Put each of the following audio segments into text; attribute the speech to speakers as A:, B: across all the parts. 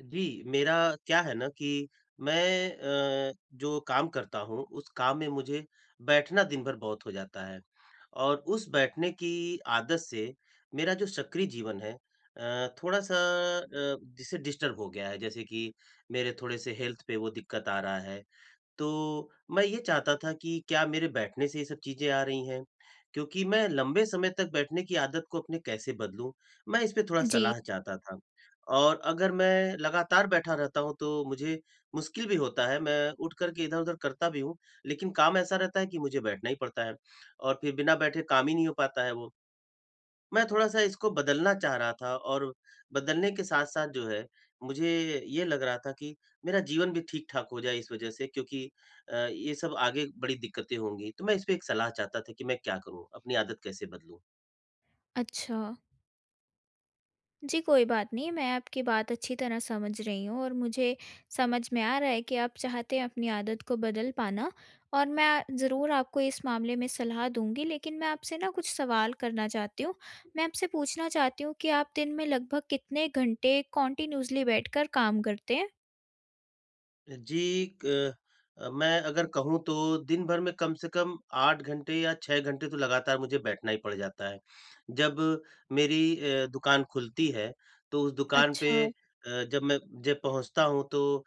A: जी, मेरा क्या है ना कि मैं अ, जो काम करता हूँ, उस काम में मुझे बैठना दिन भर बहुत हो जाता है और उस बैठने की आदत से मेरा जो सक्रिय जीवन है थोड़ा-सा जिसे डिस्टर्ब हो गया है। जैसे कि मेरे थोड़े-से हेल्थ पे वो दिक्कत आ रहा है तो मैं ये चाहता था कि क्या मेरे बैठने से ये सब चीज़ें आ रही हैं? क्योंकि मैं लंबे समय तक बैठने की आदत को अपने कैसे बदलूँ? मैं इस पे थोड़ा
B: जी,
A: सलाह चाहता था। और अगर मैं लगातार बैठा रहता हूँ तो मुझे मुश्किल भी होता है, मैं उठ कर के इधर-उधर करता भी हूँ, लेकिन काम ऐसा रहता है कि मुझे बैठना ही पड़ता है और फिर बिना बैठे काम ही नहीं हो पाता है वो। मैं थोड़ा-सा इसको बदलना चाह रहा था और बदलने के साथ-साथ जो है, मुझे ये लग रहा था कि मेरा जीवन भी ठीक-ठाक हो जाए इस वजह से क्योंकि ये सब आगे बड़ी दिक्कतें होंगी। तो मैं इस पे एक सलाह चाहता था कि मैं क्या करूँ? अपनी आदत कैसे बदलूँ?
B: अच्छा। जी, कोई बात नहीं, मैं आपकी बात अच्छी तरह समझ रही हूँ और मुझे समझ में आ रहा है कि आप चाहते हैं अपनी आदत को बदल पाना, और मैं ज़रूर आपको इस मामले में सलाह दूँगी, लेकिन मैं आपसे ना कुछ सवाल करना चाहती हूँ। मैं आपसे पूछना चाहती हूँ कि आप दिन में लगभग कितने घंटे कॉन्टिन्यूअसली बैठकर काम करते हैं?
A: जी, मैं अगर कहूँ तो दिन भर में कम से कम 8 घंटे या 6 घंटे तो लगातार मुझे बैठना ही पड़ जाता है। जब मेरी दुकान खुलती है, तो उस दुकान पे
B: अच्छा,
A: जब मैं जब पहुँचता हूँ तो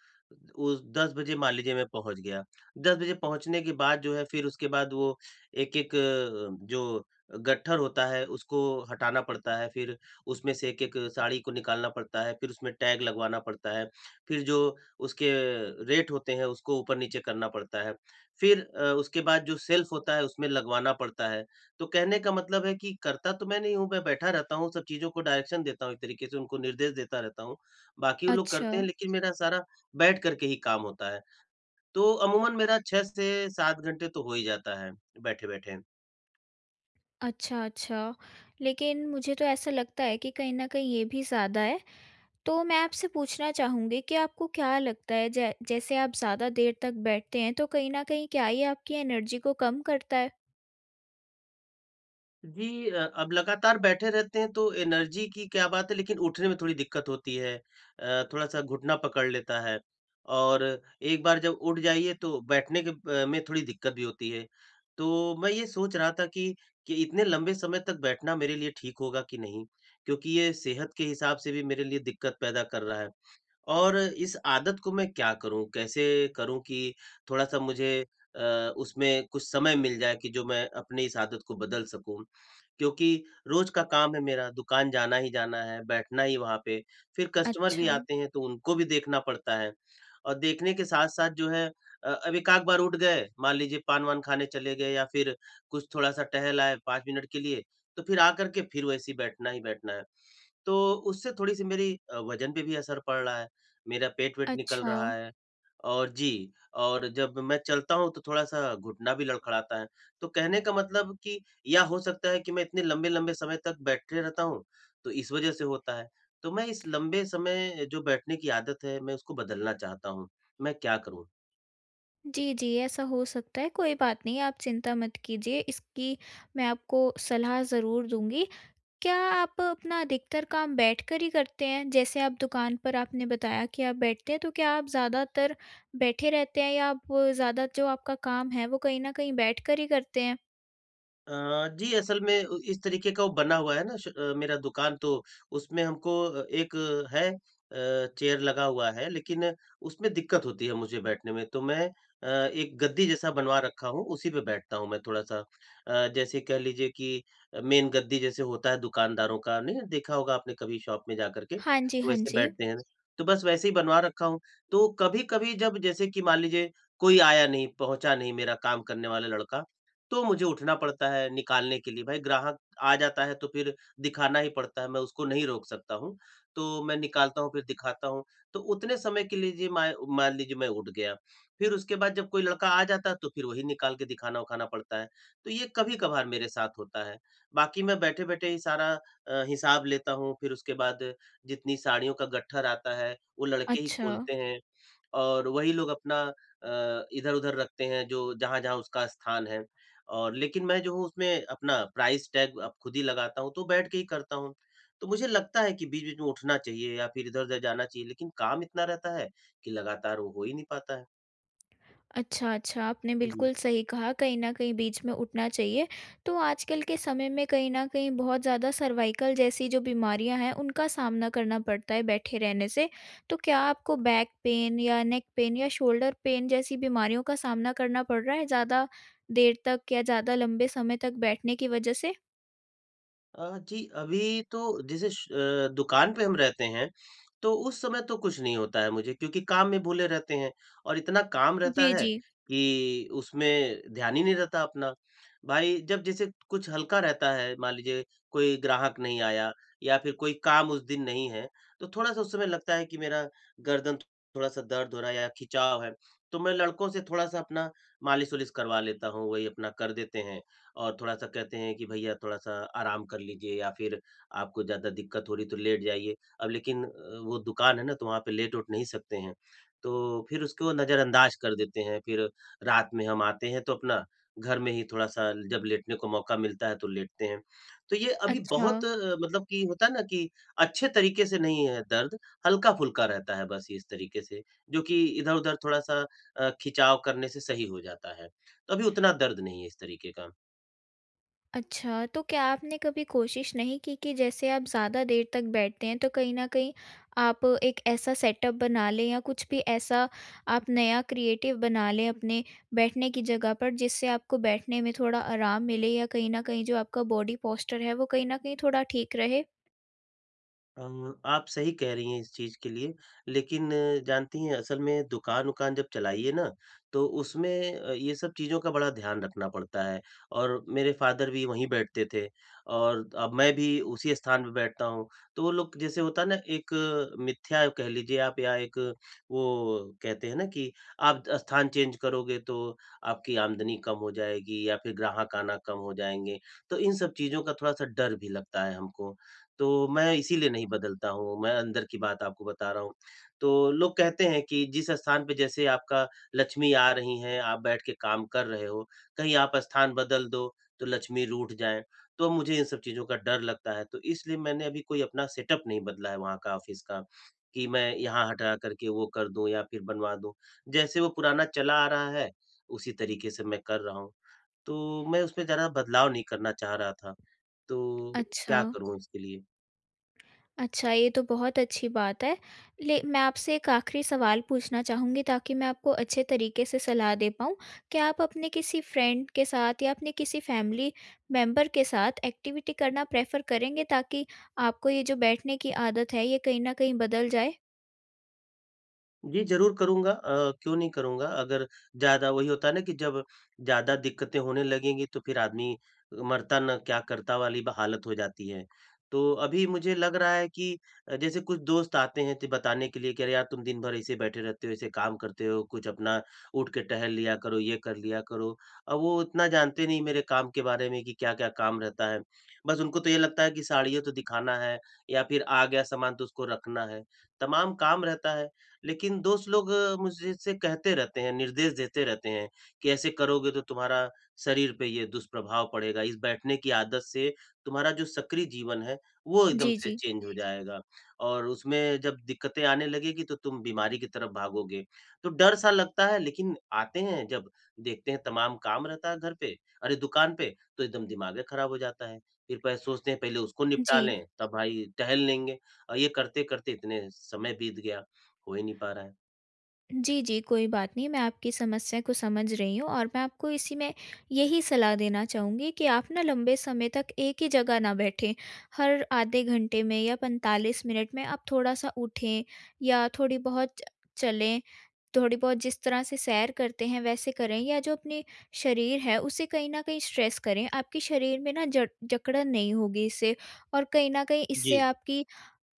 A: उस 10 बजे मान लीजिए मैं पहुँच गया। 10 बजे पहुँचने के बाद जो है फिर उसके बाद वो एक-एक जो गट्ठर होता है उसको हटाना पड़ता है, फिर उसमें से एक-एक साड़ी को निकालना पड़ता है, फिर उसमें टैग लगवाना पड़ता है। फिर जो उसके रेट होते हैं, उसको ऊपर-नीचे करना पड़ता है। फिर उसके बाद जो सेल्फ होता है, उसमें लगवाना पड़ता है। तो कहने का मतलब है कि करता तो मैं नहीं हूँ, मैं बैठा रहता हूँ, सब चीज़ों को डायरेक्शन देता हूँ एक तरीके से, उनको निर्देश देता रहता हूँ। बाकी वो लोग
B: अच्छा,
A: करते हैं, लेकिन मेरा सारा बैठ कर के ही काम होता है। तो अमूमन मेरा 6 से 7 घंटे तो हो ही जाता है, बैठे-बैठे।
B: अच्छा, अच्छा। लेकिन मुझे तो ऐसा लगता है कि कहीं न कहीं ये भी ज़्यादा है। तो मैं आपसे पूछना चाहूँगी कि आपको क्या लगता है, जै जैसे आप ज़्यादा देर तक बैठते हैं, तो कहीं न कहीं क्या ये आपकी एनर्जी को कम करता है?
A: जी अब लगातार बैठे रहते हैं तो एनर्जी की क्या बात है लेकिन उठने में थोड़ी दिक्कत होती है। थोड़ा-सा घुटना पकड़ लेता है और एक बार जब उठ जाइए तो बैठने के में थोड़ी दिक्कत भी होती है। तो मैं ये सोच रहा था कि इतने लंबे समय तक बैठना मेरे लिए ठीक होगा कि नहीं? क्योंकि ये सेहत के हिसाब से भी मेरे लिए दिक्कत पैदा कर रहा है। और इस आदत को मैं क्या करूँ? कैसे करूँ कि थोड़ा-सा मुझे अ, उसमें कुछ समय मिल जाए कि जो मैं अपनी इस आदत को बदल सकूँ? क्योंकि रोज़ का काम है मेरा, दुकान जाना ही जाना है, बैठना ही वहाँ पे, फिर कस्टमर भी
B: अच्छा,
A: आते हैं तो उनको भी देखना पड़ता है। और देखने के साथ-साथ जो है अब एक-आध बार उठ गए, मान लीजिए पान-वान खाने चले गए या फिर कुछ थोड़ा-सा टहल आए 5 मिनट के लिए, तो फिर आकर के फिर वैसे ही बैठना है। तो उससे थोड़ी-सी मेरी वज़न पे भी असर पड़ रहा है। मेरा पेट-वेट निकल
B: अच्छा।
A: रहा है और जी, और जब मैं चलता हूँ तो थोड़ा-सा घुटना भी लड़खड़ाता है। तो कहने का मतलब कि या हो सकता है कि मैं इतने लंबे-लंबे समय तक बैठे रहता हूँ, तो इस वजह से होता है। तो मैं इस लंबे समय जो बैठने की आदत है, मैं उसको बदलना चाहता हूँ। मैं क्या करूँ?
B: जी, जी, ऐसा हो सकता है, कोई बात नहीं, आप चिंता मत कीजिए इसकी। मैं आपको सलाह ज़रूर दूँगी। क्या आप अपना अधिकतर काम बैठकर ही करते हैं? जैसे आप दुकान पर, आपने बताया कि आप बैठते हैं, तो क्या आप ज़्यादातर बैठे रहते हैं, या आप ज़्यादा जो आपका काम है वो कहीं न कहीं बैठकर ही करते हैं?
A: जी, असल में उ इस तरीके का वो बना हुआ है ना मेरा दुकान तो उसमें हमको एक है चेयर लगा हुआ है, लेकिन उसमें दिक्कत होती है मुझे बैठने में, तो मैं एक गद्दी जैसा बनवा रखा हूँ, उसी पे बैठता हूँ मैं थोड़ा-सा। जैसे कह लीजिए कि मेन गद्दी जैसे होता है दुकानदारों का, नहीं देखा होगा आपने कभी शॉप में जाकर के,
B: हाँ जी,
A: तो
B: हाँ
A: वैसे
B: जी।
A: बैठते हैं। तो बस वैसे ही बनवा रखा हूँ। तो कभी-कभी जब जैसे कि मान लीजिए कोई आया नहीं, पहुँचा नहीं मेरा काम करने वाला लड़का, तो मुझे उठना पड़ता है निकालने के लिए। भाई ग्राहक आ जाता है तो फिर दिखाना ही पड़ता है, मैं उसको नहीं रोक सकता हूँ। तो मैं निकालता हूँ फिर दिखाता हूँ। तो उतने समय के लिए जी मैं मान लीजिए मैं उठ गया। फिर उसके बाद जब कोई लड़का आ जाता है तो फिर वही निकाल के दिखाना-उखाना पड़ता है। तो ये कभी-कभार मेरे साथ होता है। बाकी मैं बैठे-बैठे ही सारा हिसाब लेता हूँ। फिर उसके बाद जितनी साड़ियों का गट्ठर आता है, वो लड़के ही
B: अच्छा।
A: खोलते हैं और वही लोग अपना इधर-उधर रखते हैं जो जहाँ-जहाँ उसका स्थान है। और लेकिन मैं जो हूँ उसमें अपना प्राइस टैग अब खुद ही लगाता हूँ, तो बैठ के ही करता हूँ। तो मुझे लगता है कि बीच-बीच में उठना चाहिए या फिर इधर-उधर जाना चाहिए, लेकिन काम इतना रहता है कि लगातार वो हो ही नहीं पाता है।
B: अच्छा, अच्छा, आपने
A: जी।
B: बिल्कुल सही कहा, कहीं न कहीं बीच में उठना चाहिए। तो आजकल के समय में कहीं न कहीं बहुत ज़्यादा सर्वाइकल जैसी जो बीमारियाँ हैं, उनका सामना करना पड़ता है बैठे रहने से। तो क्या आपको बैक पेन या नेक पेन या शोल्डर पेन जैसी बीमारियों का सामना करना पड़ रहा है ज़्यादा देर तक या ज़्यादा लंबे समय तक बैठने की वजह से?
A: जी, अभी तो जैसे दुकान पे हम रहते हैं, तो उस समय तो कुछ नहीं होता है मुझे क्योंकि काम में भूले रहते हैं और इतना काम रहता
B: जी,
A: है
B: जी।
A: कि उसमें ध्यान ही नहीं रहता अपना। भाई जब जैसे कुछ हल्का रहता है, मान लीजिए कोई ग्राहक नहीं आया या फिर कोई काम उस दिन नहीं है, तो थोड़ा-सा उस समय लगता है कि मेरा गर्दन थोड़ा-सा दर्द हो रहा है या खिंचाव है, तो मैं लड़कों से थोड़ा-सा अपना मालिश-वालिश करवा लेता हूँ, वही अपना कर देते हैं। और थोड़ा-सा कहते हैं कि भैया थोड़ा-सा आराम कर लीजिए या फिर आपको ज़्यादा दिक्कत हो रही है तो लेट जाइए। अब लेकिन वो दुकान है ना तो वहाँ पे लेट उट नहीं सकते हैं। तो फिर उसको नज़रअंदाज कर देते हैं। फिर रात में हम आते हैं तो अपना घर में ही थोड़ा-सा जब लेटने को मौका मिलता है तो लेटते हैं। तो ये अभी
B: अच्छा।
A: बहुत मतलब कि होता है ना कि अच्छे तरीके से नहीं है दर्द, हल्का-फुल्का रहता है बस इस तरीके से, जो कि इधर-उधर थोड़ा-सा खिंचाव करने से सही हो जाता है। तो अभी उतना दर्द नहीं है इस तरीके का।
B: अच्छा, तो क्या आपने कभी कोशिश नहीं की कि जैसे आप ज़्यादा देर तक बैठते हैं, तो कहीं न कहीं आप एक ऐसा सेटअप बना लें, या कुछ भी ऐसा आप नया क्रिएटिव बना लें अपने बैठने की जगह पर, जिससे आपको बैठने में थोड़ा आराम मिले, या कहीं न कहीं जो आपका बॉडी पोस्चर है, वो कहीं न कहीं थोड़ा ठीक रहे?
A: अ, आप सही कह रही हैं इस चीज़ के लिए, लेकिन जानती हैं असल में दुकान-वुकान जब चलाइए ना, तो उसमें ये सब चीज़ों का बड़ा ध्यान रखना पड़ता है और मेरे फ़ादर भी वहीं बैठते थे और अब मैं भी उसी स्थान पे बैठता हूँ। तो वो लोग जैसे होता है ना एक मिथ्या कह लीजिए आप या एक वो कहते हैं ना कि आप स्थान चेंज करोगे तो आपकी आमदनी कम हो जाएगी या फिर ग्राहक आना कम हो जाएँगे। तो इन सब चीज़ों का थोड़ा-सा डर भी लगता है हमको तो मैं इसीलिए नहीं बदलता हूँ, मैं अंदर की बात आपको बता रहा हूँ। तो लोग कहते हैं कि जिस स्थान पे जैसे आपका लक्ष्मी आ रही हैं, आप बैठ के काम कर रहे हो, कहीं आप स्थान बदल दो, तो लक्ष्मी रूठ जाएँ, तो मुझे इन सब चीज़ों का डर लगता है। तो इसलिए मैंने अभी कोई अपना सेटअप नहीं बदला है वहाँ का ऑफ़िस का, कि मैं यहाँ हटा करके वो कर दूँ या फिर बनवा दूँ। जैसे वो पुराना चला आ रहा है, उसी तरीके से मैं कर रहा हूँ। तो मैं उसमें ज़्यादा बदलाव नहीं करना चाह रहा था, तो
B: अच्छा।
A: क्या करूँ इसके लिए?
B: अच्छा, ये तो बहुत अच्छी बात है। ले मैं आपसे एक आखिरी सवाल पूछना चाहूँगी, ताकि मैं आपको अच्छे तरीके से सलाह दे पाऊँ। क्या आप अपने किसी फ्रेंड के साथ या अपने किसी फैमिली मेंबर के साथ एक्टिविटी करना प्रेफ़र करेंगे, ताकि आपको ये जो बैठने की आदत है, ये कहीं न कहीं बदल जाए?
A: जी, ज़रूर करूँगा क्यों नहीं करूँगा? अगर ज़्यादा वही होता है ना कि जब ज़्यादा दिक्कतें होने लगेंगी तो फिर आदमी मरता न क्या करता वाली ब हालत हो जाती है। तो अभी मुझे लग रहा है कि जैसे कुछ दोस्त आते हैं तो बताने के लिए कि अरे यार तुम दिन भर ऐसे बैठे रहते हो, ऐसे काम करते हो, कुछ अपना उठ के टहल लिया करो, ये कर लिया करो। अब वो इतना जानते नहीं मेरे काम के बारे में कि क्या-क्या काम रहता है। बस उनको तो ये लगता है कि साड़ियाँ तो दिखाना है या फिर आ गया सामान तो उसको रखना है। तमाम काम रहता है। लेकिन दोस्त लोग मुझसे कहते रहते हैं, निर्देश देते रहते हैं कि ऐसे करोगे तो तुम्हारा शरीर पे ये दुष्प्रभाव पड़ेगा, इस बैठने की आदत से तुम्हारा जो सक्रिय जीवन है, वो एकदम
B: जी,
A: से
B: जी।
A: चेंज हो जाएगा और उसमें जब दिक्कतें आने लगेगी तो तुम बीमारी की तरफ भागोगे। तो डर सा लगता है लेकिन आते हैं जब देखते हैं तमाम काम रहता है घर पे अरे! दुकान पे तो एकदम दिमागे खराब हो जाता है। फिर पह सोचते हैं पहले उसको निपटा
B: जी।
A: लें, तब भाई टहल लेंगे और ये करते-करते इतने समय बीत गया। हो ही नहीं पा रहा है।
B: जी, जी, कोई बात नहीं, मैं आपकी समस्या को समझ रही हूँ और मैं आपको इसी में यही सलाह देना चाहूँगी कि आप ना लंबे समय तक एक ही जगह ना बैठें। हर आधे घंटे में या 45 मिनट में आप थोड़ा-सा उठें या थोड़ी बहुत च चलें, थोड़ी बहुत जिस तरह से सैर करते हैं वैसे करें, या जो अपने शरीर है उसे कहीं न कहीं स्ट्रेच करें। आपके शरीर में ना जड़ जकड़न नहीं होगी इससे, और कहीं न कहीं इससे
A: जी,
B: आपकी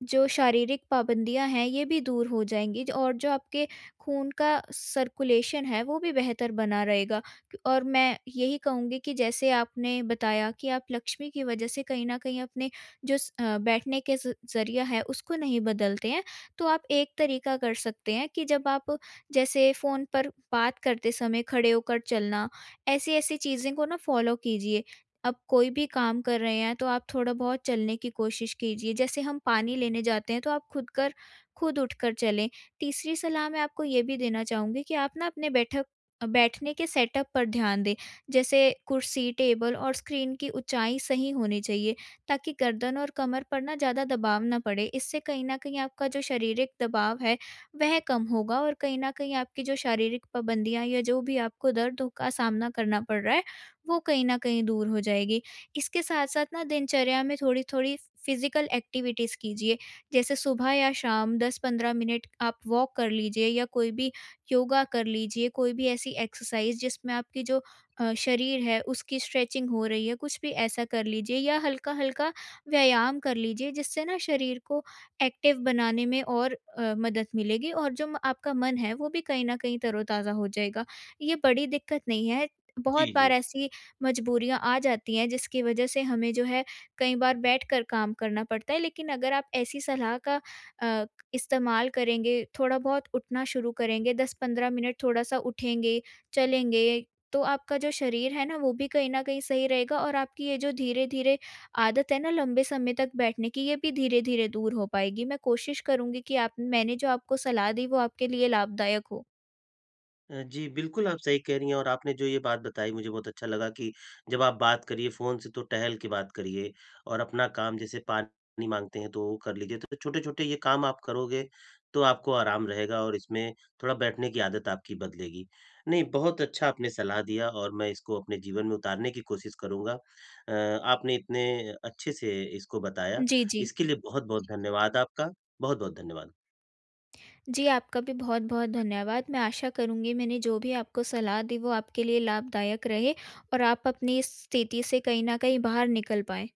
B: जो शारीरिक पाबंदियाँ हैं, ये भी दूर हो जाएँगी। ज और जो आपके खून का सर्कुलेशन है, वो भी बेहतर बना रहेगा। और मैं यही कहूँगी कि जैसे आपने बताया कि आप लक्ष्मी की वजह से कहीं न कहीं अपने जो बैठने के ज़ ज़रिया है, उसको नहीं बदलते हैं। तो आप एक तरीका कर सकते हैं कि जब आप, जैसे फ़ोन पर बात करते समय खड़े होकर चलना, ऐसी-ऐसी चीज़ें को ना फ़ॉलो कीजिए। आप कोई भी काम कर रहे हैं तो आप थोड़ा बहुत चलने की कोशिश कीजिए। जैसे हम पानी लेने जाते हैं, तो आप खुद उठकर चलें। तीसरी सलाह मैं आपको ये भी देना चाहूँगी कि आप ना अपने बैठक बैठने के सेटअप पर ध्यान दें। जैसे कुर्सी, टेबल और स्क्रीन की ऊँचाई सही होनी चाहिए, ताकि गर्दन और कमर पर ना ज़्यादा दबाव ना पड़े। इससे कहीं न कहीं आपका जो शारीरिक दबाव है वह कम होगा, और कहीं न कहीं आपकी जो शारीरिक पाबंदियाँ, या जो भी आपको दर्द का सामना करना पड़ रहा है, वो कहीं न कहीं दूर हो जाएगी। इसके साथ-साथ ना दिनचर्या में थोड़ी-थोड़ी फ़िज़िकल एक्टिविटीज़ कीजिए। जैसे सुबह या शाम 10-15 मिनट आप वॉक कर लीजिए, या कोई भी योगा कर लीजिए, कोई भी ऐसी एक्सरसाइज़ जिसमें आपकी जो शरीर है उसकी स्ट्रेचिंग हो रही है, कुछ भी ऐसा कर लीजिए, या हल्का-हल्का व्यायाम कर लीजिए, जिससे ना शरीर को एक्टिव बनाने में और मदद मिलेगी, और जो म आपका मन है वो भी कहीं न कहीं तरोताज़ा हो जाएगा। ये बड़ी दिक्कत नहीं है, बहुत
A: जी,
B: बार
A: जी।
B: ऐसी मजबूरियाँ आ जाती हैं जिसकी वजह से हमें जो है कई बार बैठकर काम करना पड़ता है। लेकिन अगर आप ऐसी सलाह का अ, इस्तेमाल करेंगे, थोड़ा बहुत उठना शुरू करेंगे, 10-15 मिनट थोड़ा-सा उठेंगे, चलेंगे, तो आपका जो शरीर है ना वो भी कहीं न कहीं सही रहेगा, और आपकी ये जो धीरे-धीरे आदत है ना लंबे समय तक बैठने की, ये भी धीरे-धीरे दूर हो पाएगी। मैं कोशिश करूँगी कि आप, मैंने जो आपको सलाह दी वो आपके लिए लाभदायक हो।
A: जी, बिल्कुल आप सही कह रही हैं और आपने जो ये बात बताई मुझे बहुत अच्छा लगा कि जब आप बात करिए फ़ोन से तो टहल के बात करिए और अपना काम जैसे पानी माँगते हैं तो वो कर लीजिए। तो छोटे-छोटे ये काम आप करोगे तो आपको आराम रहेगा और इसमें थोड़ा बैठने की आदत आपकी बदलेगी। नहीं, बहुत अच्छा आपने सलाह दिया और मैं इसको अपने जीवन में उतारने की कोशिश करूँगा। आपने इतने अच्छे से इसको बताया,
B: जी, जी।
A: इसके लिए बहुत-बहुत जी। धन्यवाद आपका। बहुत-बहुत धन्यवाद।
B: जी, आपका भी बहुत-बहुत धन्यवाद। मैं आशा करूँगी मैंने जो भी आपको सलाह दी वो आपके लिए लाभदायक रहे, और आप अपनी इस स्थिति से कहीं न कहीं बाहर निकल पाएँ।